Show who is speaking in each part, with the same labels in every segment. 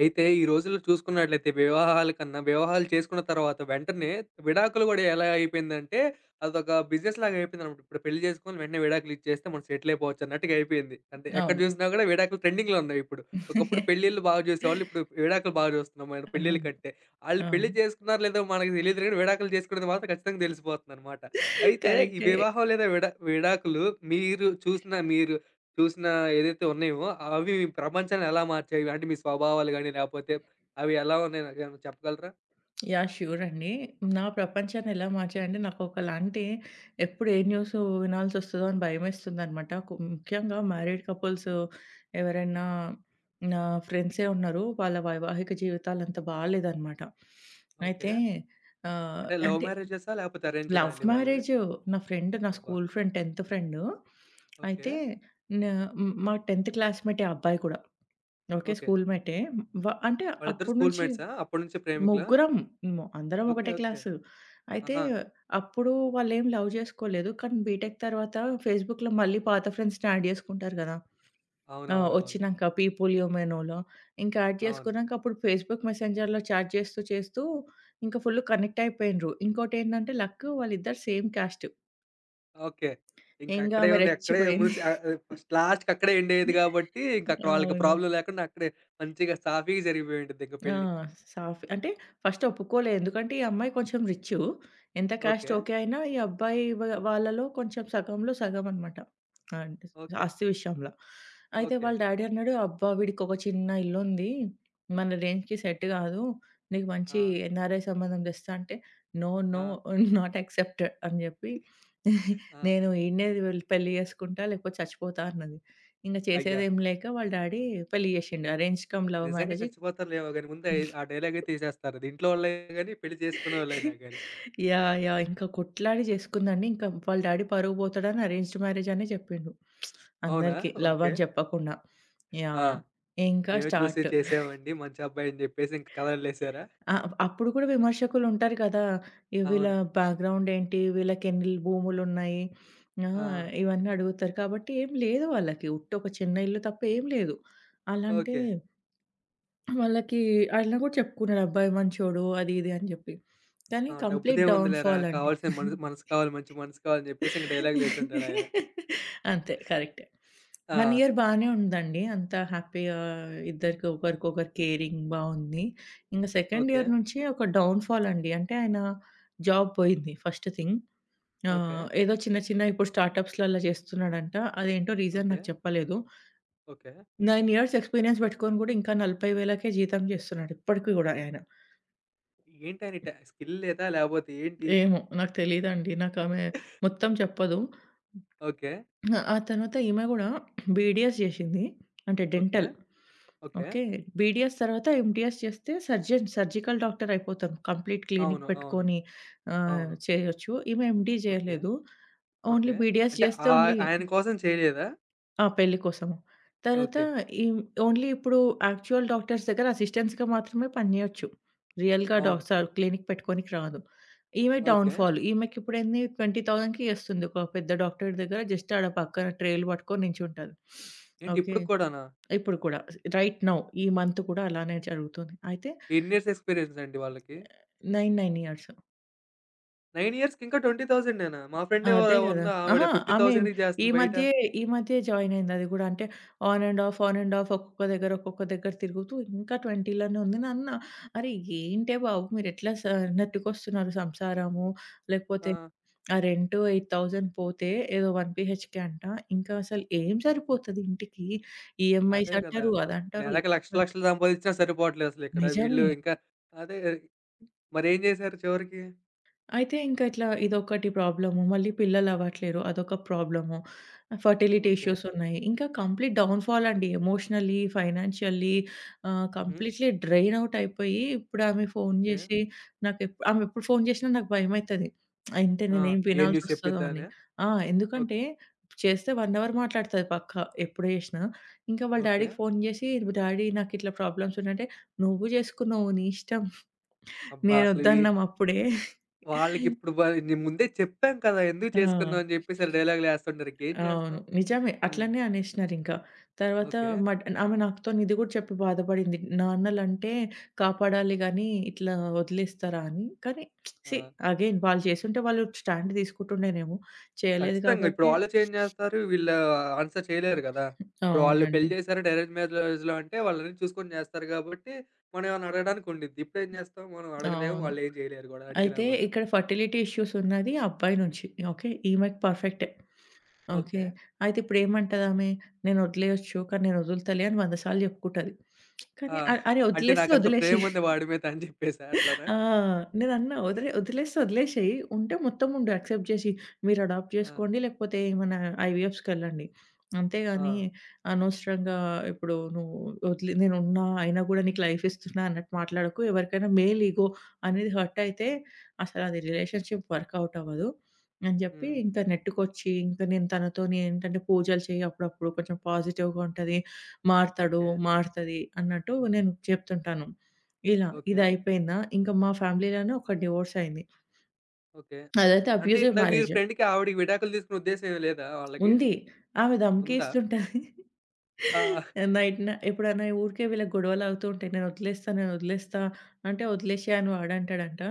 Speaker 1: అయితే ఈ రోజుల్లో చూసుకున్నట్లయితే వివాహాల కన్నా వివాహాలు చేసుకున్న తర్వాత వెంటనే విడాకులు గూడా ఎలా అయిపోయిందంటే, అదొక బిజినెస్ లాగా అయిపోయిందనమాట. ఇప్పుడు పెళ్లి చేసుకొని వెంటనే విడాకులు ఇచ్చేస్తే మనం సెటిల్ అయిపోవచ్చు అన్నట్టుగా అయిపోయింది. అంటే ఎక్కడ
Speaker 2: అవును.
Speaker 1: జూసినా గూడా విడాకులు ట్రెండింగ్‌లో ఉన్నాయి ఇప్పుడు. ఒకప్పుడు పెళ్ళిళ్ళు బాగా జూసేవాళ్ళు. ఇప్పుడు విడాకులు బాగా జూస్తున్నాం మనం పెళ్ళిళ్ళ
Speaker 2: అవును.
Speaker 1: కంటే. ఆళ్ళు పెళ్లి
Speaker 2: అవును.
Speaker 1: చేసుకున్నారో లేదో మనకు తెలీదు గానీ విడాకులు చేసుకునేది మాత్రం ఖచ్చితంగా తెలిసిపోతుందనమాట. అయితే ఈ
Speaker 2: కరెక్టే.
Speaker 1: వివాహం లేదా విడాకులు మీరు చూసిన ఏదైతే ఉన్నాయో అవి మీ ప్రపంచాన్ని ఎలా మార్చాయి? అంటే మీ స్వభావాలు గాని, లేపోతే అవి ఎలా ఉన్నాయి నాకేమైనా చెప్పగలరా?
Speaker 2: యాహ్! ష్యూర్ అండి. నా ప్రపంచాన్ని ఎలా మార్చాయంటే నాకొకలాంటి ఎప్పుడు ఏ న్యూస్ వినాల్సొస్తదో అని భయమేస్తుందనమాట. కు ముఖ్యంగా మ్యారీడ్ కపుల్స్ ఎవరైనా నా ఫ్రెండ్సే ఉన్నారు. వాళ్ళ వైవాహిక జీవితాలంత బాలేదనమాట.
Speaker 1: ఓకే.
Speaker 2: అయితే
Speaker 1: అంటే లవ్
Speaker 2: అంటే
Speaker 1: మ్యారేజెసా? లేపోతే అరేంజ్‌డా
Speaker 2: లవ్
Speaker 1: అండి వాళ్ళవి?
Speaker 2: మ్యారేజ్, నా ఫ్రెండ్, నా
Speaker 1: అబ్బా!
Speaker 2: స్కూల్ ఫ్రెండ్, 10థ్ ఫ్రెండ్.
Speaker 1: ఓకే.
Speaker 2: అయితే న మా 10థ్ క్లాస్‌మేటే ఆ అబ్బాయి కూడా. ఓకే.
Speaker 1: ఓకే.
Speaker 2: స్కూల్‌మేటే. అంటే
Speaker 1: వాళ్ళిద్దరూ
Speaker 2: అప్పటి
Speaker 1: స్కూల్
Speaker 2: నుంచి
Speaker 1: మేట్సా? అప్పటినుంచే ప్రేమికులా?
Speaker 2: ముగ్గురం అందరం
Speaker 1: ఓకే.
Speaker 2: ఒకటే
Speaker 1: ఓకే.
Speaker 2: క్లాసు. అయితే
Speaker 1: ఆహా!
Speaker 2: అప్పుడు వాళ్ళేం లవ్ జేసుకోలేదు. కానీ బీటెక్ తర్వాత ఫేస్‌బుక్‌లో మళ్ళీ పాత ఫ్రెండ్స్‌ని యాడ్ జేసుకుంటారు గదా! ఆ!
Speaker 1: అవునవునవును.
Speaker 2: ఒచ్చినంక పీపుల్ యూ మే నోలో. ఇంకా యాడ్
Speaker 1: అవును.
Speaker 2: జేసుకున్నాక అప్పుడు ఫేస్‌బుక్ మెసెంజర్‌లో చాట్ చేస్తూ ఇంకా ఫుల్ కనెక్ట్ అయిపోయిండ్రు. ఇంకోటేంటంటే లక్, వాళ్ళిద్దరు సేమ్ క్యాస్ట్.
Speaker 1: ఓకే.
Speaker 2: ఇంగా
Speaker 1: ఇంకక్కడే
Speaker 2: ఆమె
Speaker 1: ఉంది. అక్కడే
Speaker 2: రెచ్చిపోయింది.
Speaker 1: ముగిసి ఆహ్, ఆహ్, ఫస్ట్ లాస్ట్‌కి అక్కడే ఎండ్ అయ్యేది గాబట్టి, ఇంకక్కడ వాళ్ళకి
Speaker 2: అవును.
Speaker 1: ప్రాబ్లమ్ లేకుండా అక్కడే మంచిగా సాఫీగా జరిగిపోయుండిద్ది ఇంక
Speaker 2: ఆ!
Speaker 1: పెళ్లి.
Speaker 2: అంటే ఫస్ట్ ఒప్పుకోలే. ఎందుకంటే ఈ అమ్మాయి కొంచెం రిచ్చు. ఎంత కాస్ట్
Speaker 1: ఓకే.
Speaker 2: ఓకే అయినా ఈ అబ్బాయి వాళ్ళలో కొంచెం సగంలో సగం అన్నమాట. అంటే
Speaker 1: ఓకే.
Speaker 2: ఆస్తి విషయంలో. అయితే
Speaker 1: ఓకే.
Speaker 2: వాళ్ళ డ్యాడీ అన్నాడు, "అబ్బా! వీడికొక చిన్న ఇల్లుంది. మన రేంజ్‌కి సెట్ కాదు. నీకు
Speaker 1: ఆ!
Speaker 2: మంచి ఎన్ఆర్ఐ సంబంధం తెస్తా" అంటే, "నో, నో,
Speaker 1: ఆ!
Speaker 2: నాట్ యాక్సెప్టెడ్" అని చెప్పి,
Speaker 1: ఆ!
Speaker 2: "నేను ఈడనే పెళ్లి చేసుకుంటా లేకపోతే చచ్చిపోతా" అన్నది. ఇంక
Speaker 1: అయ్యా!
Speaker 2: చేసేదేం లేక వాళ్ళ డ్యాడీ పెళ్లి చేసిండు. అరేంజ్ కమ్ లవ్
Speaker 1: నిజంగా
Speaker 2: మ్యారేజ్.
Speaker 1: చచ్చిపోతారులేమో గాని ముందే ఆ డైలాగే తీసేస్తారు. అది ఇంట్లో వాళ్ళైనా గాని, పెళ్లి చేసుకున్నోళ్ళైనా గాని.
Speaker 2: యాహ్! యాహ్! ఇంకా కొట్లాడి చేసుకుందండి. ఇంకా వాళ్ళ డ్యాడీ పరువు పోతడని అరేంజ్డ్ మ్యారేజ్ అనే చెప్పిండు,
Speaker 1: అవునా?
Speaker 2: అందరికి లవ్
Speaker 1: ఓకే.
Speaker 2: అని చెప్పకుండా.
Speaker 1: ఆ!
Speaker 2: యాహ్! ఇంకా
Speaker 1: మేమే చూసి
Speaker 2: స్టార్ట్.
Speaker 1: చేసామండి. మంచి అబ్బాయి అని చెప్పేసి ఇంక కథలోళ్ళేసారా?
Speaker 2: ఆ! అప్పుడు కూడా విమర్శకులు ఉంటారు కదా! ఈ వీళ్ళ
Speaker 1: అవును.
Speaker 2: బ్యాక్‌గ్రౌండ్ ఏంటి? వీళ్ళకెన్ని భూములున్నాయి? ఆ!
Speaker 1: ఆ!
Speaker 2: ఇవన్నీ అడుగుతారు. కాబట్టి ఏం లేదు వాళ్ళకి. ఉట్టి ఒక చిన్న ఇల్లు తప్ప ఏం లేదు. అలా అంటే
Speaker 1: ఓకే.
Speaker 2: వాళ్ళకి అట్లా కూడా చెప్పుకున్నాడు అబ్బాయి మంచోడు అది ఇది అని జెప్పి. కానీ
Speaker 1: ఆ!
Speaker 2: కంప్లీట్ డౌన్
Speaker 1: డబ్బుదేముందిలేరా
Speaker 2: ఫాల్ అండి.
Speaker 1: కావాల్సిన మనసు మనసు కావాలి, మంచి మనసు కావాలని చెప్పేసి ఇంక డైలాగులేసుంటాడాయన.
Speaker 2: అంతే, కరెక్టే.
Speaker 1: ఆ!
Speaker 2: 1 ఇయర్ బానే ఉందండి. అంతా హ్యాపీగా, ఇద్దరికి ఒకరికొకరు కేరింగ్ బావుంది. ఇంక సెకండ్
Speaker 1: ఓకే.
Speaker 2: ఇయర్ నుంచి ఒక డౌన్ ఫాల్ అండి. అంటే ఆయన జాబ్ పోయింది ఫస్ట్ థింగ్.
Speaker 1: ఓకే.
Speaker 2: ఏదో చిన్న చిన్న ఇప్పుడు స్టార్టప్స్‌లలా చేస్తున్నాడంట. అదేంటో రీజన్
Speaker 1: ఓకే.
Speaker 2: నాకు చెప్పలేదు.
Speaker 1: ఓకే.
Speaker 2: 9 ఇయర్స్ ఎక్స్‌పీరియన్స్ పెట్టుకొని గూడా ఇంకా 40,000కే జీతం చేస్తున్నాడు ఇప్పటికి గూడా ఆయన.
Speaker 1: ఏంటాయన ట స్కిల్ లేదా? లేపోతే ఏంటి?
Speaker 2: ఏమో! నాకు తెలీదండి. నాకామె మొత్తం చెప్పదు.
Speaker 1: ఓకే.
Speaker 2: ఆ తర్వాత ఈమె గూడా బీడీఎస్ జేషింది. అంటే
Speaker 1: okay.
Speaker 2: Dental.
Speaker 1: Okay.
Speaker 2: Okay. BDS తర్వాత ఎంటీఎస్ చేస్తే సర్జన్, సర్జికల్ డాక్టర్ అయిపోతాం. కంప్లీట్ క్లినిక్
Speaker 1: అవును. అవును.
Speaker 2: పెట్టుకొని
Speaker 1: అవును.
Speaker 2: చేయొచ్చు. ఈమె ఎండీ
Speaker 1: ఓకే.
Speaker 2: జేయలేదు. Only
Speaker 1: okay.
Speaker 2: బీడీఎస్
Speaker 1: అంటే
Speaker 2: జేస్తే ఓన్లీ
Speaker 1: ఆయన కోసం చేయలేదా?
Speaker 2: ఆ! పెళ్లి కోసము. తర్వాత
Speaker 1: ఓకే.
Speaker 2: ఈ ఓన్లీ ఇప్పుడు యాక్చువల్ డాక్టర్స్ దగ్గర అసిస్టెంట్స్‌గా మాత్రమే పని చేయొచ్చు. రియల్‌గా
Speaker 1: అవును.
Speaker 2: సార్ క్లినిక్ పెట్టుకోనికి రాదు. ఈమె డౌన్
Speaker 1: ఓకే.
Speaker 2: ఫాల్. ఈమెకి ఇప్పుడెన్ని 20,000కి చేస్తుంది. ఒక పెద్ద డాక్టర్ దగ్గర జస్ట్ ఆడ పక్కన ట్రేలు పట్టుకొని నించుంటది.
Speaker 1: ఏంటి
Speaker 2: ఓకే.
Speaker 1: ఇప్పటికి కూడానా?
Speaker 2: ఇప్పుడు కూడా రైట్ నౌ ఈ మంత్ కూడా అలానే జరుగుతుంది. అయితే
Speaker 1: ఎన్ని ఇయర్స్ ఎక్స్‌పీరియన్స్ అండి వాళ్ళకి?
Speaker 2: 9 ఇయర్స్.
Speaker 1: 9 ఇయర్స్‌కి ఇంకా 20,000 నేనా? మా
Speaker 2: ఆ!
Speaker 1: ఫ్రెండ్
Speaker 2: అదే గదా!
Speaker 1: ఉంది ఆవిడ
Speaker 2: అహా! ఆమె
Speaker 1: 50,000కి
Speaker 2: ఈ
Speaker 1: చేస్తుంది బయట.
Speaker 2: మధ్యే, ఈ మధ్యే జాయిన్ అయింది అది గూడా. అంటే on and off, on and off, ఒక్కొక్క దగ్గర, ఒక్కొక్క దగ్గర తిరుగుతూ ఇంకా 20 లోనే ఉంది. నాన్న, "అరే! ఏంటే బాబు మీరెట్లా నెట్టుకొస్తున్నారు సంసారము, లేకపోతే
Speaker 1: ఆ!
Speaker 2: ఆ రెంట్ 8,000 పోతే, ఏదో 1 బీహెచ్‌కే అంట. ఇంకా అసలు ఏం సరిపోతది ఇంటికి? ఈఎంఐస్
Speaker 1: అదే కదా!
Speaker 2: అంటారు, అదంటారు,
Speaker 1: నెలకి లక్షలు
Speaker 2: ఇదంటారు."
Speaker 1: లక్షలు సంపాదించినా సరిపోవట్లేదు అసలిక్కడ. వీళ్ళు
Speaker 2: నిజమే.
Speaker 1: ఇంకా అదే మరేం చేశారు చివరికి?
Speaker 2: అయితే ఇంకా ఇట్లా ఇదొకటి ప్రాబ్లము. మళ్ళీ పిల్లలవ్వట్లేరు. అదొక ప్రాబ్లము. Fertility
Speaker 1: okay.
Speaker 2: ఇష్యూస్ ఉన్నాయి. ఇంకా కంప్లీట్ డౌన్ ఫాల్ అండి. ఎమోషనల్లీ, ఫైనాన్షియల్లీ,
Speaker 1: హుహు.
Speaker 2: కంప్లీట్‌లీ డ్రైన్ అవుట్ అయిపోయి ఇప్పుడు ఆమె ఫోను
Speaker 1: ఓకే.
Speaker 2: జేసి, ఆమె ఎప్పుడు ఫోను జేసినా నాకు భయమైతది. అంటే
Speaker 1: ఆ!
Speaker 2: నేనేం
Speaker 1: ఏ న్యూస్
Speaker 2: వినాల్సొస్తదో
Speaker 1: చెప్పిద్దా
Speaker 2: అని.
Speaker 1: అనా?
Speaker 2: ఆ!
Speaker 1: ఓక్
Speaker 2: ఎందుకంటే చేస్తే 1 అవర్ మాట్లాడుతది పక్కా ఎప్పుడు జేసినా. ఇంకా వాళ్ళ
Speaker 1: ఓకే.
Speaker 2: డ్యాడీకి ఫోను జేసి, "డ్యాడీ నాకిట్లా ప్రాబ్లమ్స్ ఉన్నాయంటే, "నువ్వు జేసుకున్నావు నీ ఇష్టం.
Speaker 1: అబ్బా! అసలు ఈ
Speaker 2: నేనొద్దన్నాం అప్పుడే."
Speaker 1: వాళ్ళకిప్పుడు మరి నేను ముందే చెప్పాం కదా! ఎందుకు
Speaker 2: ఆ!
Speaker 1: చేసుకున్నాం అని జెప్పేసి డైలాగులేస్తుంటారు. ఇంకేం
Speaker 2: అవును.
Speaker 1: చేస్తాం?
Speaker 2: నిజమే.
Speaker 1: హ్మ్.
Speaker 2: అట్లనే అనేసినారింకా. తర్వాత
Speaker 1: ఓకే.
Speaker 2: ఆమె నాతోని ఇది గూడా చెప్పి బాధపడింది. నాన్నలంటే కాపాడాలి గానీ, ఇట్లా వదిలేస్తారా అని. కానీ
Speaker 1: ఆ!
Speaker 2: సీ అగైన్ వాళ్ళు చేసుంటే వాళ్ళు స్టాండ్ తీసుకుంటుండేనేమో. చేయలేదు
Speaker 1: ఖచ్చితంగా. ఇప్పుడు
Speaker 2: కాబట్టే
Speaker 1: వాళ్ళే చేంజ్ చేస్తారు. వీళ్ళు ఆన్సర్ చేయలేరు గదా! ఇప్పుడు వాళ్ళు పెళ్లి
Speaker 2: అవునండి.
Speaker 1: చేశారు డైరెక్ట్ మ్యారేజ్‌లో అంటే వాళ్ళన్నీ చూసుకొని చేస్తారు గాబట్టి, మనం ఏమన్నా అడగడానికి ఉండిద్ది. ఇప్పుడేం చేస్తాం? మనం అడగలేము.
Speaker 2: అవును.
Speaker 1: వాళ్ళేం చేయలేరు గూడా అడిగినా
Speaker 2: అయితే
Speaker 1: గూడా.
Speaker 2: ఇక్కడ ఫర్టిలిటీ ఇష్యూస్ ఉన్నది అబ్బాయి నుంచి. ఓకే. ఈమెకి పర్ఫెక్టే. ఓకే.
Speaker 1: ఓకే.
Speaker 2: అయితే ఇప్పుడేమంటదామె, "నేను వదిలేయొచ్చు, కానీ నేను వదులుతలే" అని 100 సార్లు చెప్పుకుంటది.
Speaker 1: ఆ!
Speaker 2: కానీ అరే
Speaker 1: అంటే
Speaker 2: వదిలేస్తే
Speaker 1: నాకంత
Speaker 2: వదిలేసేయి.
Speaker 1: ప్రేముంది వాడి మీద అని జెప్పేసా అట్లనా?
Speaker 2: ఆ! నేనన్నా వదిలేస్తే వదిలేసేయి. ఉంటే మొత్తం ఉండు యాక్సెప్ట్ చేసి. మీరు అడాప్ట్
Speaker 1: ఆ!
Speaker 2: చేసుకోండి లేకపోతే ఏమైనా ఐవీఎఫ్స్‌కెళ్ళండి.
Speaker 1: ఆ!
Speaker 2: అంతేగాని అనవసరంగా ఇప్పుడు నువ్వు వదిలి నేనున్నా, అయినా కూడా నీకు లైఫ్ ఇస్తున్నా అన్నట్టు మాట్లాడకు. ఎవరికైనా మేల్ ఇగో అనేది హర్ట్ అయితే అసలది రిలేషన్‌షిప్ వర్కౌట్ అవ్వదు అని చెప్పి,
Speaker 1: హ్మ్.
Speaker 2: ఇంకా నెట్టుకొచ్చి ఇంకా నేను తనతోని ఏంటంటే పూజలు చేయి అప్పుడప్పుడు కొంచెం పాజిటివ్‌గా ఉంటది. మారతాడు,
Speaker 1: ఓకే.
Speaker 2: మారతది అన్నట్టు నేను చెప్తుంటాను. ఇలా
Speaker 1: ఓకే.
Speaker 2: ఇదయిపోయిందా, ఇంక మా ఫ్యామిలీలోనే ఒక డివోర్స్ అయింది.
Speaker 1: ఓకే.
Speaker 2: అదైతే
Speaker 1: అంటే
Speaker 2: అబ్యూజివ్
Speaker 1: ఇందాక మీరు
Speaker 2: మ్యారేజ్.
Speaker 1: ఫ్రెండ్‌కి ఆవిడకి విడాకులు తీసుకునే ఉద్దేశ్యం ఏమి లేదా వాళ్ళకి?
Speaker 2: ఉంది. ఆమె
Speaker 1: ఉందా?
Speaker 2: ధమకిస్తుంటది.
Speaker 1: ఆ!
Speaker 2: నైట్ ఎప్పుడైనా ఊరికే వీళ్ళకి గొడవలవుతూ ఉంటాయి. "నేనొదిలేస్తా, నేనొదిలేస్తా" అంటే, "వదిలేసేయి" అని వాడంటాడంట.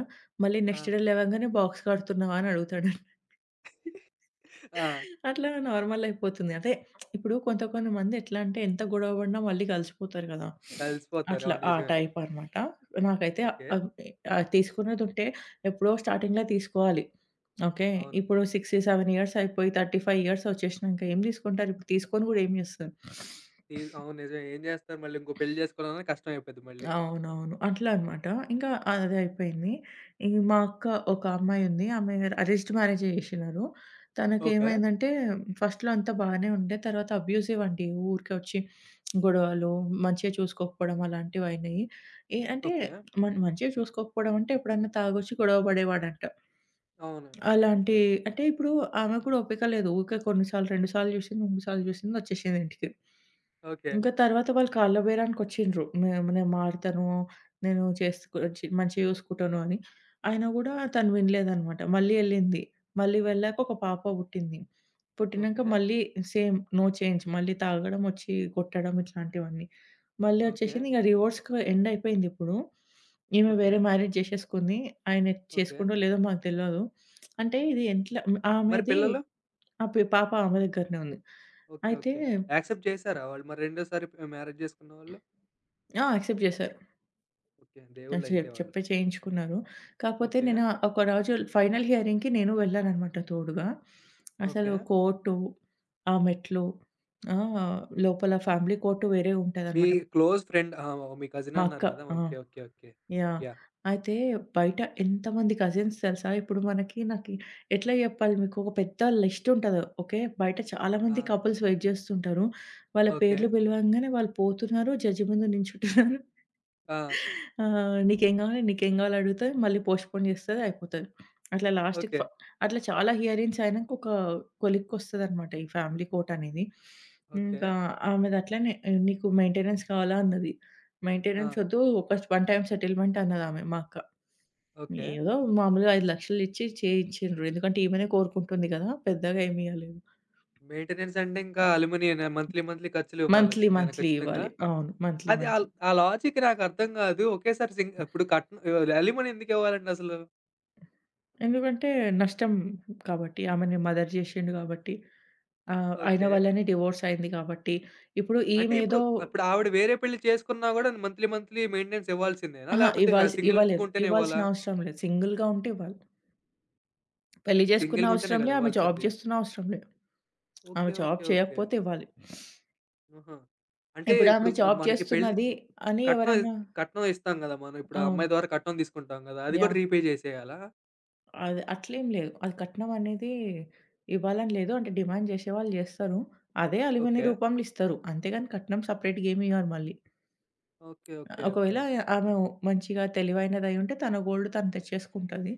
Speaker 2: మళ్ళీ
Speaker 1: ఆ!
Speaker 2: నెక్స్ట్ డే లేవంగానే, "బాక్స్ కడుతున్నావా" అని అడుగుతాడు.
Speaker 1: ఆ!
Speaker 2: అట్లా నార్మల్ అయిపోతుంది. అంటే ఇప్పుడు కొంత కొంతమంది ఎట్లా అంటే ఎంత గొడవ పడినా మళ్ళీ కలిసిపోతారు గదా!
Speaker 1: కలిసిపోతారు.
Speaker 2: అట్లా
Speaker 1: అవును
Speaker 2: ఆ
Speaker 1: నిజమే.
Speaker 2: టైప్ అనమాట. నాకైతే
Speaker 1: ఓకే.
Speaker 2: అవ్ తీసుకున్నదుంటే ఎప్పుడో స్టార్టింగ్‌లో తీసుకోవాలి. ఓకే.
Speaker 1: అవును.
Speaker 2: ఇప్పుడు 6, 7 ఇయర్స్ అయిపోయి 35 ఇయర్స్ వచ్చేసినంక ఏం తీసుకుంటారు? ఇప్పుడు తీసుకొని గూడా ఏం చేస్తారు?
Speaker 1: అవును నిజమే. ఏం చేస్తారు మళ్ళీ ఇంకో పెళ్లి చేసుకోవాలన్నా కష్టం అయిపోద్ది మళ్ళీ.
Speaker 2: అవునవును. అట్లా అన్నమాట. ఇంకా అది అయిపోయింది. ఇంక మా అక్క ఒక అమ్మాయి ఉంది. ఆమె అరేంజ్డ్ మ్యారేజే చేసినారు.
Speaker 1: ఓకే.
Speaker 2: తనకేమైందంటే ఫస్ట్‌లో అంతా బాగానే ఉండే. తర్వాత అబ్యూసివ్ అండి. ఊరికే వచ్చి గొడవలు, మంచిగా చూసుకోకపోవడం అలాంటివయినాయి. అంటే
Speaker 1: ఓకే.
Speaker 2: మంచిగా చూసుకోకపోవడం అంటే ఎప్పుడన్నా తాగొచ్చి గొడవ పడేవాడంట.
Speaker 1: అవును.
Speaker 2: అలాంటి
Speaker 1: ఓకే.
Speaker 2: అంటే ఇప్పుడు ఆమెకు కూడా ఓపిక లేదు. ఊకే కొన్ని సార్లు, 2 సార్లు చూసింది, 3 సార్లు చూసింది, వచ్చేసింది ఇంటికి.
Speaker 1: ఓకే.
Speaker 2: ఇంకా తర్వాత వాళ్ళు కాళ్ళ బేరానికొచ్చిండ్రు. నేను మారుతాను, నేను చేసుకు చి మంచిగా చూసుకుంటాను అని. అయినా గూడా తను వినలేదనమాట. మళ్ళీ ఎళ్ళింది. మళ్ళీ వెళ్ళాక ఒక పాప పుట్టింది. పుట్టినంక
Speaker 1: ఓకే.
Speaker 2: మళ్ళీ సేమ్, నో చేంజ్. మళ్ళీ తాగడం, వచ్చి కొట్టడం ఇట్లాంటివన్నీ. మళ్ళీ
Speaker 1: ఓకే.
Speaker 2: వచ్చేసింది. ఇక డివోర్స్‌కి ఎండ్ అయిపోయింది ఇప్పుడు. ఈమె
Speaker 1: ఓకే.
Speaker 2: వేరే మ్యారేజ్ చేసేసుకుంది. ఆయన
Speaker 1: ఓకే.
Speaker 2: చేసుకుండో లేదో మాకు తెలవదు. అంటే ఇది ఎట్లా
Speaker 1: మరి
Speaker 2: ఆమెది
Speaker 1: పిల్లలు?
Speaker 2: ఆ! పాప ఆమె దగ్గరనే ఉంది.
Speaker 1: ఓకే.
Speaker 2: అయితే
Speaker 1: ఓకే. యాక్సెప్ట్ చేసారా వాళ్ళు? మరి రెండోసారి మ్యారేజ్ చేసుకున్న వాళ్ళు?
Speaker 2: ఆ! యాక్సెప్ట్ చేశారు.
Speaker 1: ఓకే.
Speaker 2: ఆ!
Speaker 1: దేవుళ్ళయితే
Speaker 2: చెప్
Speaker 1: వాళ్ళు.
Speaker 2: చెప్పే చేయించుకున్నారు. కాకపోతే
Speaker 1: ఓకే.
Speaker 2: నేను ఒక రోజు ఫైనల్ హియరింగ్‌కి నేను వెళ్ళాననమాట తోడుగా. అసలు
Speaker 1: ఓకే.
Speaker 2: కోర్టు, ఆ మెట్లు, ఆహ్, లోపల ఫ్యామిలీ కోర్ట్ వేరే
Speaker 1: మీ
Speaker 2: ఉంటదనమాట.
Speaker 1: క్లోజ్ ఫ్రెండ్ ఆహా! మీ కజిన్
Speaker 2: మా అక్క.
Speaker 1: అన్నారు గదా!
Speaker 2: ఆ!
Speaker 1: Okay. Okay. Okay.
Speaker 2: Yeah!
Speaker 1: Yeah!
Speaker 2: అయితే బయట ఎంతమంది కజిన్స్ తెలుసా? ఇప్పుడు మనకి నాకి ఎట్లా చెప్పాలి మీకు, ఒక పెద్ద లిస్ట్ ఉంటది. ఓకే. బయట
Speaker 1: ఆ!
Speaker 2: చాలామంది కపుల్స్ వెయిట్ చేస్తుంటారు. వాళ్ళ
Speaker 1: ఓకే.
Speaker 2: పేర్లు పిలవంగానే వాళ్ళు పోతున్నారు. జడ్జి ముందు నించుంటున్నారు.
Speaker 1: ఆ!
Speaker 2: ఆ! "నీకేం గావాలి? నీకేం గావాలి?" అడుగుతా. మళ్ళీ పోస్ట్‌పోన్ చేస్తది. అయిపోతది. అట్లా లాస్ట్‌కి
Speaker 1: ఓకే.
Speaker 2: ఫ అట్లా చాలా హియరింగ్స్ అయినాక ఒక కొలిక్కొస్తదనమాట ఈ ఫ్యామిలీ కోర్ట్ అనేది.
Speaker 1: ఓకే.
Speaker 2: ఇంకా ఆమెది అట్లనే, "నీకు మెయింటెనెన్స్ కావాలా?" అన్నది.
Speaker 1: ఆ!
Speaker 2: "మెయింటెనెన్స్ వద్దు. ఒక వన్ టైమ్ సెటిల్‌మెంట్" అన్నదామె మా అక్క.
Speaker 1: ఓకే.
Speaker 2: ఏదో మామూలుగా 5,00,000 ఇచ్చి చేయించిండ్రు. ఎందుకంటే ఈమెనే కోరుకుంటుంది కదా! పెద్దగా ఏమి ఇయ్యలేదు.
Speaker 1: మెయింటెనెన్స్ అంటే ఇంకా అలుమనీయేనా? మంత్లీ, మంత్లీ ఖర్చులు
Speaker 2: మంత్లీ
Speaker 1: ఇవ్వాల్సిందేనా
Speaker 2: మంత్లీ
Speaker 1: ఖచ్చితంగా?
Speaker 2: ఇవ్వాలి. అవును. మంత్లీ
Speaker 1: అది ఆల్
Speaker 2: మంత్లీ.
Speaker 1: ఆ లాజిక్ నాకర్థం గాదు. ఒకేసారి ఇప్పుడు కట్నం అలిమనీ ఎందుకివ్వాలండి అసలు?
Speaker 2: ఎందుకంటే నష్టం కాబట్టి, ఆమెని మదర్ చేశిండు కాబట్టి. ఆ! ఆయన
Speaker 1: ఓకే.
Speaker 2: వల్లనే డివోర్స్ అయింది కాబట్టి, ఇప్పుడు
Speaker 1: అంటే ఇప్పుడు
Speaker 2: ఈమేదో
Speaker 1: అప్పుడు ఆవిడ వేరే పెళ్లి చేసుకున్నా గూడా మంత్లీ, మంత్లీ మెయింటెనెన్స్ ఇవ్వాల్సిందేనా?
Speaker 2: అహా!
Speaker 1: లేపోతే
Speaker 2: ఇవ్వలేదు.
Speaker 1: సింగిల్‌గుంటేనే ఇవ్వాలా?
Speaker 2: ఇవ్వాల్సిన అవసరం లేదు. సింగిల్‌గా ఉంటే ఇవ్వాలి. పెళ్లి చేసుకున్న
Speaker 1: సింగిల్‌గుంటేనే
Speaker 2: అవసరం లే,
Speaker 1: గదా!
Speaker 2: ఆమె జాబ్
Speaker 1: ఇవ్వాల్సింది.
Speaker 2: చేస్తున్న అవసరం లేదు. ఆమె
Speaker 1: ఓకే. ఓకే.
Speaker 2: Job
Speaker 1: okay.
Speaker 2: చేయకపోతే ఇవ్వాలి.
Speaker 1: ఆహా! అంటే
Speaker 2: ఇప్పుడు ఆమె
Speaker 1: ఇప్పుడు
Speaker 2: జాబ్
Speaker 1: మనకి పెళ్లి
Speaker 2: చేస్తున్నది
Speaker 1: మ
Speaker 2: అని
Speaker 1: కట్నం ఇ
Speaker 2: ఎవరన్నా
Speaker 1: కట్నం ఇస్తాం గదా! మనం ఇప్పుడు ఆ
Speaker 2: అవును.
Speaker 1: అమ్మాయి ద్వారా కట్నం తీసుకుంటాం గదా! అది గూడా
Speaker 2: యాహ్!
Speaker 1: రీపే జేసేయాలా?
Speaker 2: అది అట్లేం లేదు. అది కట్నం అనేది ఇవ్వాలని లేదు. అంటే డిమాండ్ చేసేవాళ్ళు చేస్తారు. అదే అలివిని
Speaker 1: ఓకే.
Speaker 2: రూపంలో ఇస్తారు. అంతేగాని కట్నం సెపరేట్‌గా ఏమి ఇయ్యరు మళ్ళీ.
Speaker 1: ఓకే. ఓకే. ఓకే.
Speaker 2: ఒకవేళ
Speaker 1: ఆహా!
Speaker 2: ఆమె మంచిగా తెలివైనదయ్యుంటే తన గోల్డ్ తను తెచ్చేసుకుంటది.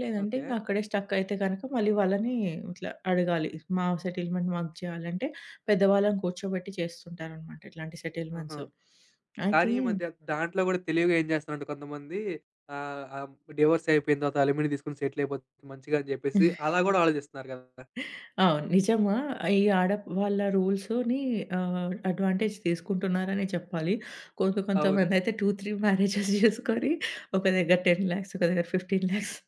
Speaker 2: లేదంటే
Speaker 1: ఓకే.
Speaker 2: ఇంక అక్కడే స్టక్ అయితే గనక మళ్ళీ వాళ్ళని ఇట్లా అడగాలి. మా సెటిల్‌మెంట్ మాకు చేయాలంటే పెద్దవాళ్ళని కూర్చోబెట్టి చేస్తుంటారనమాట ఇట్లాంటి
Speaker 1: ఆహా!
Speaker 2: సెటిల్‌మెంట్స్.
Speaker 1: కానీ
Speaker 2: అయితే
Speaker 1: ఈ మధ్య దాంట్లో గూడా తెలివిగా ఏం జేస్తున్నారంటే కొంతమంది ఆహ్, ఆహ్, డివోర్స్ అయిపోయిన తర్వాత అలిమనీ తీసుకొని సెటిల్ అయిపోతే మంచిగా అని జెప్పేసి అలా గూడా ఆలోచిస్తున్నారు గదా!
Speaker 2: అవును. నిజమా, ఈ ఆడవాళ్ళ రూల్స్‌ని అడ్వాంటేజ్ తీసుకుంటున్నారనే చెప్పాలి. కొంత
Speaker 1: అవును.
Speaker 2: కొంతమందయితే 2, 3 మ్యారేజెస్ చేసుకొని ఒక దగ్గర 10,00,000, ఒక దగ్గర 15,00,000.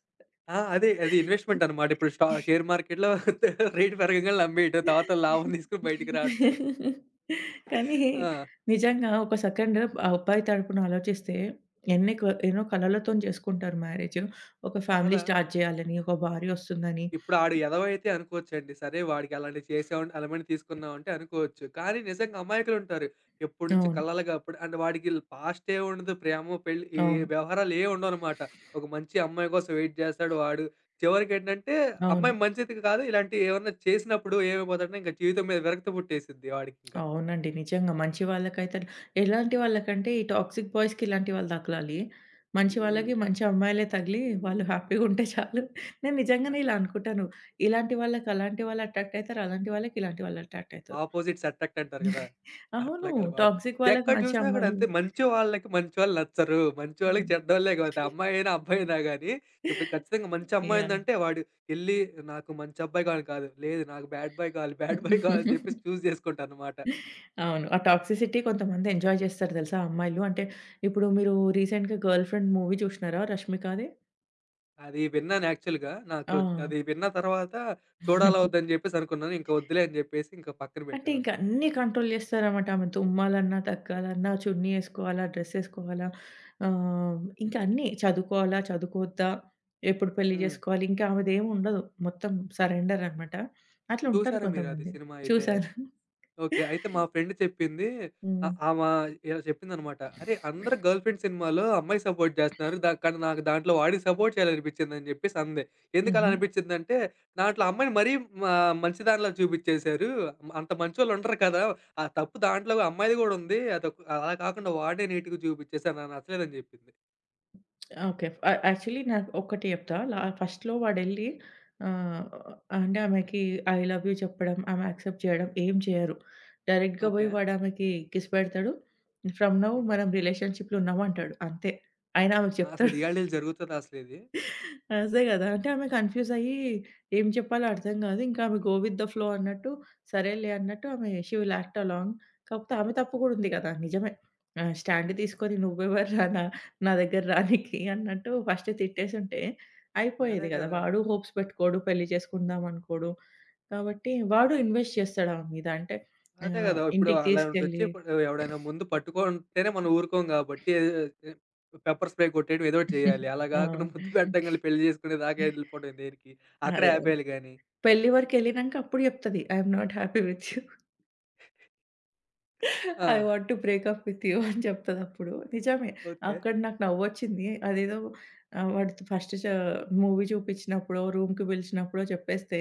Speaker 1: ఆ! అదే అది ఇన్వెస్ట్‌మెంట్ అన్నమాట. ఇప్పుడు షేర్ మార్కెట్‌లో రేట్ పెరగంగాల్నే అమ్మేయటం. తర్వాత లాభం తీసుకొని బయటికి రావటం.
Speaker 2: కానీ
Speaker 1: ఆ!
Speaker 2: నిజంగా ఒక సెకండ్ ఆ అబ్బాయి తరపున ఆలోచిస్తే, ఎన్ని క ఎన్నో కలలతోని చేసుకుంటారు మ్యారేజ్. ఒక ఫ్యామిలీ
Speaker 1: కదా!
Speaker 2: స్టార్ట్ చేయాలని, ఒక భార్య వస్తుందని.
Speaker 1: ఇప్పుడు ఆడు ఎదవ అయితే అనుకోవచ్చండి. సరే వాడికి అలాంటివి చేసాం అలమని తీసుకున్నాం అంటే అనుకోవచ్చు. కానీ నిజంగా అమాయకులుంటారు. ఎప్పటి నుంచి
Speaker 2: అవును.
Speaker 1: కలలుగా అప్పుడు అంటే వాడికి పాస్టే ఉండదు. ప్రేమ, పెళ్లి ఈ
Speaker 2: అవును.
Speaker 1: వ్యవహారాలు ఏవి ఉండవనమాట. ఒక మంచి అమ్మాయి కోసం వెయిట్ చేస్తాడు వాడు. చివరికేంటంటే
Speaker 2: అవును.
Speaker 1: అమ్మాయి మంచిది కాదు. ఇలాంటివి ఏమన్నా చేసినప్పుడు ఏమైపోతాడంటే ఇంక జీవితం మీద విరక్తి పుట్టేసిద్ది వాడికింకా.
Speaker 2: అవునండి. నిజంగా మంచి వాళ్ళకైతే ఎలాంటి వాళ్ళకంటే ఈ టాక్సిక్ బాయ్స్‌కి ఇలాంటి వాళ్ళు తగలాలి. మంచి
Speaker 1: హ్మ్.
Speaker 2: వాళ్ళకి మంచి అమ్మాయిలే తగిలి వాళ్ళు హ్యాపీగా ఉంటే చాలు. నేను నిజంగానే
Speaker 1: అసలు
Speaker 2: ఇలా అనుకుంటాను. ఇలాంటి వాళ్ళకి అలాంటి వాళ్ళు అట్రాక్ట్ అయితారు. అలాంటి వాళ్ళకి ఇలాంటి వాళ్ళు అట్రాక్ట్ అయితారు.
Speaker 1: ఆపోజిట్స్ అట్రాక్ట్ అంటారు కదా!
Speaker 2: అవును.
Speaker 1: అట్లాగనమాట.
Speaker 2: టాక్సిక్ వాళ్ళకి
Speaker 1: ఎక్కడ
Speaker 2: మంచి
Speaker 1: చూసినా కూడా
Speaker 2: అమ్మాయిలు.
Speaker 1: అంతే మంచి వాళ్ళకి మంచోళ్ళు నచ్చరు. మంచోళ్ళకి
Speaker 2: హ్మ్.
Speaker 1: చెడ్డోళ్ళే కాదు. అమ్మాయైనా, అబ్బాయినా గాని ఇప్పుడు ఖచ్చితంగా మంచి అమ్మాయి
Speaker 2: యాహ్!
Speaker 1: ఉందంటే వాడు ఎళ్లి నాకు మంచి అబ్బాయి కావాలి కాదు. లేదు నాకు బ్యాడ్ బాయ్ కావాలి, బ్యాడ్ బాయ్ కావాలని చెప్పేసి చూజ్ చేసుకుంటాననమాట.
Speaker 2: అవును. ఆ టాక్సిసిటీ కొంతమంది ఎంజాయ్ చేస్తారు తెలుసా అమ్మాయిలు. అంటే ఇప్పుడు మీరు రీసెంట్‌గా 'గర్ల్ ఫ్రెండ్' మూవీ చూసినారా 'రష్మికది'?
Speaker 1: అది విన్నాను యాక్చువల్‌గా. నాకు
Speaker 2: ఆ!
Speaker 1: అది విన్న తర్వాత చూడాలా వద్దా అని చెప్పేసి అనుకున్నాను. ఇంక వద్దులే అని చెప్పేసి ఇంక పక్కన
Speaker 2: అంటే ఇంక
Speaker 1: పెట్టాననమాట.
Speaker 2: అన్నీ కంట్రోల్ జేస్తారనమాట. ఆమె తుమ్మాలన్నా, దగ్గాలన్నా, చున్నీ ఏసుకోవాలా, డ్రెస్ ఏసుకోవాలా, ఇంకా అన్నీ చదువుకోవాలా, చదువుకోవద్దా, ఎప్పుడు పెళ్లి
Speaker 1: హ్మ్.
Speaker 2: జేసుకోవాలి, ఇంకా ఆమెదేమి ఉండదు. మొత్తం సరెండర్ అనమాట. అట్లా ఉంటారు
Speaker 1: చూసారా మీరు అది
Speaker 2: కొంతమంది.
Speaker 1: సినిమా అయితే?
Speaker 2: చూసాను.
Speaker 1: ఓకే. అయితే మా ఫ్రెండ్ చెప్పింది
Speaker 2: హ్మ్.
Speaker 1: ఆహ్, ఆమా ఇలా చెప్పిందనమాట. "అరే! అందరూ గర్ల్ ఫ్రెండ్ సినిమాలో అమ్మాయి సపోర్ట్ చేస్తున్నారు. కానీ నాకు దాంట్లో వాడికి సపోర్ట్ చేయాలనిపించిందని" చెప్పేసి అంది. ఎందుకలా
Speaker 2: హుహు.
Speaker 1: అనిపించిందంటే, "దాంట్లో అమ్మాయిని మరీ మా మంచి దానిలా చూపిచ్చేశారు. అంత మంచోళ్ళుండరు కదా! ఆ తప్పు దాంట్లో అమ్మాయిది గూడా ఉంది. అదొక అలా కాకుండా వాడే నీట్‌గా చూపిచ్చేశారు. నాకు నచ్చలేదని" చెప్పింది.
Speaker 2: ఓకే. యాక్చువల్లీ నాకు ఒక్కటి చెప్తా. ఫస్ట్‌లో వాడెళ్ళి ఆహ్, అంటే ఆమెకి ఐ లవ్ యూ చెప్పడం, ఆమె యాక్సెప్ట్ చేయడం ఏం చేయరు. డైరెక్ట్‌గా పోయి
Speaker 1: ఓకే.
Speaker 2: వాడు ఆమెకి కిస్ పెడతాడు. ఫ్రమ్ నౌ
Speaker 1: హ్మ్.
Speaker 2: మనం రిలేషన్‌షిప్‌లో ఉన్నాం అంటాడు. అంతే. అయినా ఆమెకు
Speaker 1: అసలు
Speaker 2: చెప్తాడు.
Speaker 1: రియాలిటీలో జరుగుతదా అసలిది?
Speaker 2: అదే గదా! అంటే ఆమె కన్‌ఫ్యూజ్ అయ్యి ఏం చెప్పాలో అర్థం గాదు. ఇంకా ఆమె గో విత్ ద ఫ్లో అన్నట్టు, సరేలే అన్నట్టు ఆమె షీ విల్ యాక్ట్ అలాంగ్. కాకపోతే ఆమె తప్పు గూడా ఉంది గదా! నిజమే. స్టాండ్ తీసుకొని నువ్వెవర్‌రా నా నా దగ్గర రానీకి అన్నట్టు ఫస్ట్ తిట్టేసుంటే
Speaker 1: అదే
Speaker 2: అయిపోయేది గదా!
Speaker 1: కదా!
Speaker 2: వాడు హోప్స్ పెట్టుకోడు, పెళ్లి చేసుకుందాం అనుకోడు. కాబట్టి వాడు ఇన్వెస్ట్ చేస్తాడు ఆమె మీద. అంటే
Speaker 1: అదే గదా! ఇప్పుడు
Speaker 2: ఇంటికి
Speaker 1: అలాంటొచ్చి
Speaker 2: తీసుకెళ్ళి
Speaker 1: ఇప్పుడు ఎవడైనా ముందు పట్టుకుంటేనే మనం ఊరుకోం గాబట్టి ఏ పెప్పర్ స్ప్రే కొట్టేయడం ఏదో ఒకటి చేయాలి. అలా
Speaker 2: ఆ!
Speaker 1: గాకుండా ముద్దు పెట్టంగాల్నే పెళ్లి చేసుకునే దాకా ఎళ్ళిపోవడం దేనికి? అక్కడే
Speaker 2: అదే.
Speaker 1: ఆపేయాలి గానీ.
Speaker 2: పెళ్లి వరకెళ్ళినంక అప్పుడు జెప్తది I am not happy with you. I
Speaker 1: ah!
Speaker 2: Want to break up with you అని చెప్తదప్పుడు. నిజమే.
Speaker 1: ఓకే.
Speaker 2: అక్కడ నాకు నవ్వొచ్చింది. అదేదో వాడు ఫస్ట్ చ మూవీ చూపించినప్పుడో, రూమ్‌కి పిలిచినప్పుడో చెప్పేస్తే,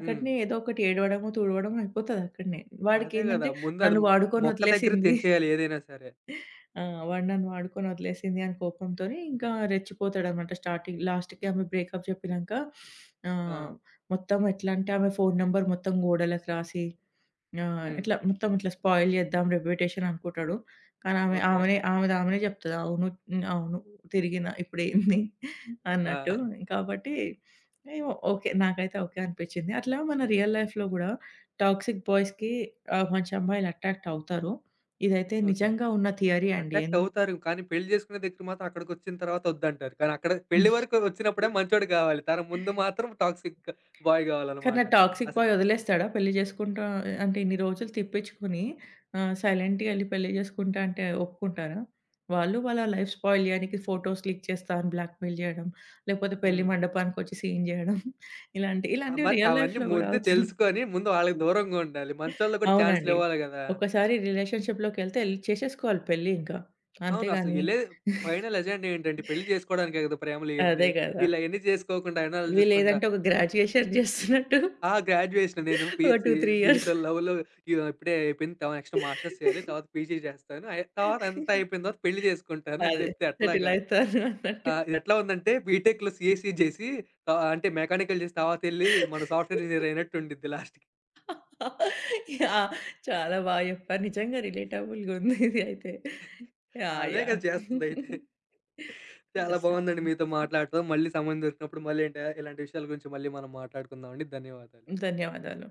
Speaker 1: హ్మ్.
Speaker 2: ఏదో ఒకటి ఏడవడమో, తుడవడం అయిపోతదక్కడనే.
Speaker 1: అదే గదా!
Speaker 2: వాడికేందంటే
Speaker 1: ముందు అది
Speaker 2: నన్ను వాడుకొని
Speaker 1: మొక్క దగ్గర
Speaker 2: వదిలేసింది.
Speaker 1: తెంచేయాలి ఏదైనా సరే.
Speaker 2: ఆ! వాడు నన్ను వాడుకొని వదిలేసింది అని కోపంతోని ఇంకా రెచ్చిపోతాడనమాట స్టార్టింగ్. లాస్ట్‌కి ఆమె బ్రేకప్ చెప్పినంక
Speaker 1: ఆ!
Speaker 2: ఆహ్, మొత్తం ఎట్లా అంటే ఆమె ఫోను నంబర్ మొత్తం గోడలకు రాసి ఆ!
Speaker 1: హ్మ్.
Speaker 2: ఇట్లా మొత్తం ఇట్లా స్పాయిల్ చేద్దాం రెప్యుటేషన్ అనుకుంటాడు. కానీ ఆమె
Speaker 1: ఓకే.
Speaker 2: ఆమెనే ఆమెది ఆమెనే చెప్తది. అవును. హ్మ్. అవును. తిరిగిన ఇప్పుడేంది
Speaker 1: ఆ!
Speaker 2: అన్నట్టు. కాబట్టి ఏమో ఓకే. నాకైతే ఓకే అనిపించింది. అట్లా మన రియల్ లైఫ్‌లో గూడా టాక్సిక్ బాయ్స్‌కి మంచి అమ్మాయిలు అట్రాక్ట్ అవుతారు. ఇదైతే
Speaker 1: ఓకే.
Speaker 2: నిజంగా ఉన్న థియరీ అండి.
Speaker 1: అట్రాక్ట్ అవుతారు. కానీ పెళ్లి చేసుకునే దగ్గర మాత్రం అక్కడికొచ్చిన తర్వాత వద్దంటారు. కానీ అక్కడ పెళ్లి
Speaker 2: ఎందు
Speaker 1: వరకు వచ్చినప్పుడే మంచోడు గావాలి. తన ముందు మాత్రం టాక్సిక్ బాయ్
Speaker 2: కానీ
Speaker 1: గావాలన్నమాట.
Speaker 2: ఆ టాక్సిక్
Speaker 1: అసలు
Speaker 2: బాయ్ వదిలేస్తాడా? పెళ్లి చేసుకుంటా అంటే ఇన్ని రోజులు తిప్పించుకొని సైలెంట్‌గా ఎళ్లి పెళ్లి చేసుకుంటా అంటే ఒప్పుకుంటారా? వాళ్ళు వాళ్ళ లైఫ్ స్పాయిల్ చేయడానికి ఫోటోస్ లీక్ చేస్తా అని బ్లాక్‌మెయిల్ చేయడం, లేకపోతే పెళ్లి
Speaker 1: హ్మ్.
Speaker 2: మండపానికొచ్చి సీన్ చేయడం ఇలాంటి
Speaker 1: ఆ!
Speaker 2: ఇలాంటివి
Speaker 1: మరి
Speaker 2: రియల్
Speaker 1: అవన్నీ
Speaker 2: లైఫ్‌లో గూడా
Speaker 1: ముందే
Speaker 2: అవుతుంది.
Speaker 1: తెలుసుకొని, ముందు వాళ్ళకి దూరంగా ఉండాలి. మంచోళ్ళకి కూడా
Speaker 2: అవునండి.
Speaker 1: ఛాన్స్‌లివ్వాలి గదా!
Speaker 2: ఒకసారి రిలేషన్‌షిప్‌లోకెళ్తే ఎళ్లి చేసేసుకోవాలి పెళ్లి ఇంకా.
Speaker 1: అవును. అసలు
Speaker 2: అంతేగాని
Speaker 1: ఎళ్ళే ఫైనల్ ఎజెండా ఏంటంటే, పెళ్లి జేసుకోవడానికే గదా! ప్రేమలియన్నీ.
Speaker 2: అదే గదా!
Speaker 1: వీళ్ళయన్నీ జేసుకోకుండా, ఎన్నాళ్ళు జూసుకుంటా,
Speaker 2: వీళ్ళేదంటే ఒక గ్రాడ్యుయేషన్ చేస్తున్నట్టు
Speaker 1: ఆ! గ్రాడ్యుయేషన్ నేను
Speaker 2: ఒక 2,
Speaker 1: పీజీ
Speaker 2: 3 ఇయర్స్
Speaker 1: దీంట్లో లవ్‌లో ఇగ ఇప్పుడే అయిపోయింది. నెక్స్ట్ మాస్టర్స్ చేయాలి. తర్వాత పీజీ జేస్తాను. అయి తర్వాత అంతా అయిపోయిన తర్వాత పెళ్లి జేసుకుంటాను అని
Speaker 2: అదే
Speaker 1: జెప్తే
Speaker 2: సెటిల్
Speaker 1: ఎట్లాగా?
Speaker 2: అయితారు అన్నట్టు.
Speaker 1: ఇదెట్లా ఉందంటే బీటెక్‌లో సీఎస్‌సీ జేసి అంటే మెకానికల్ జేసి తర్వాతెళ్లి మనం సాఫ్ట్‌వేర్ ఇంజినీర్ అయినట్టు ఉండిద్ది లాస్ట్‌కి.
Speaker 2: యాహ్! చాలా బా చెప్పారు. నిజంగా రిలేటబుల్‌గా ఉంది ఇది అయితే. యాహ్!
Speaker 1: అదే గదా!
Speaker 2: యాహ్!
Speaker 1: చేస్తుందయితే. చాలా
Speaker 2: యెస్.
Speaker 1: బాగుందండి మీతో మాట్లాడటం. మళ్ళీ సమయం దొరికినప్పుడు మళ్ళీ ఏంట ఇలాంటి విషయాల గురించి మళ్ళీ మనం మాట్లాడుకుందామండి. ధన్యవాదాలు.
Speaker 2: ధన్యవాదాలు.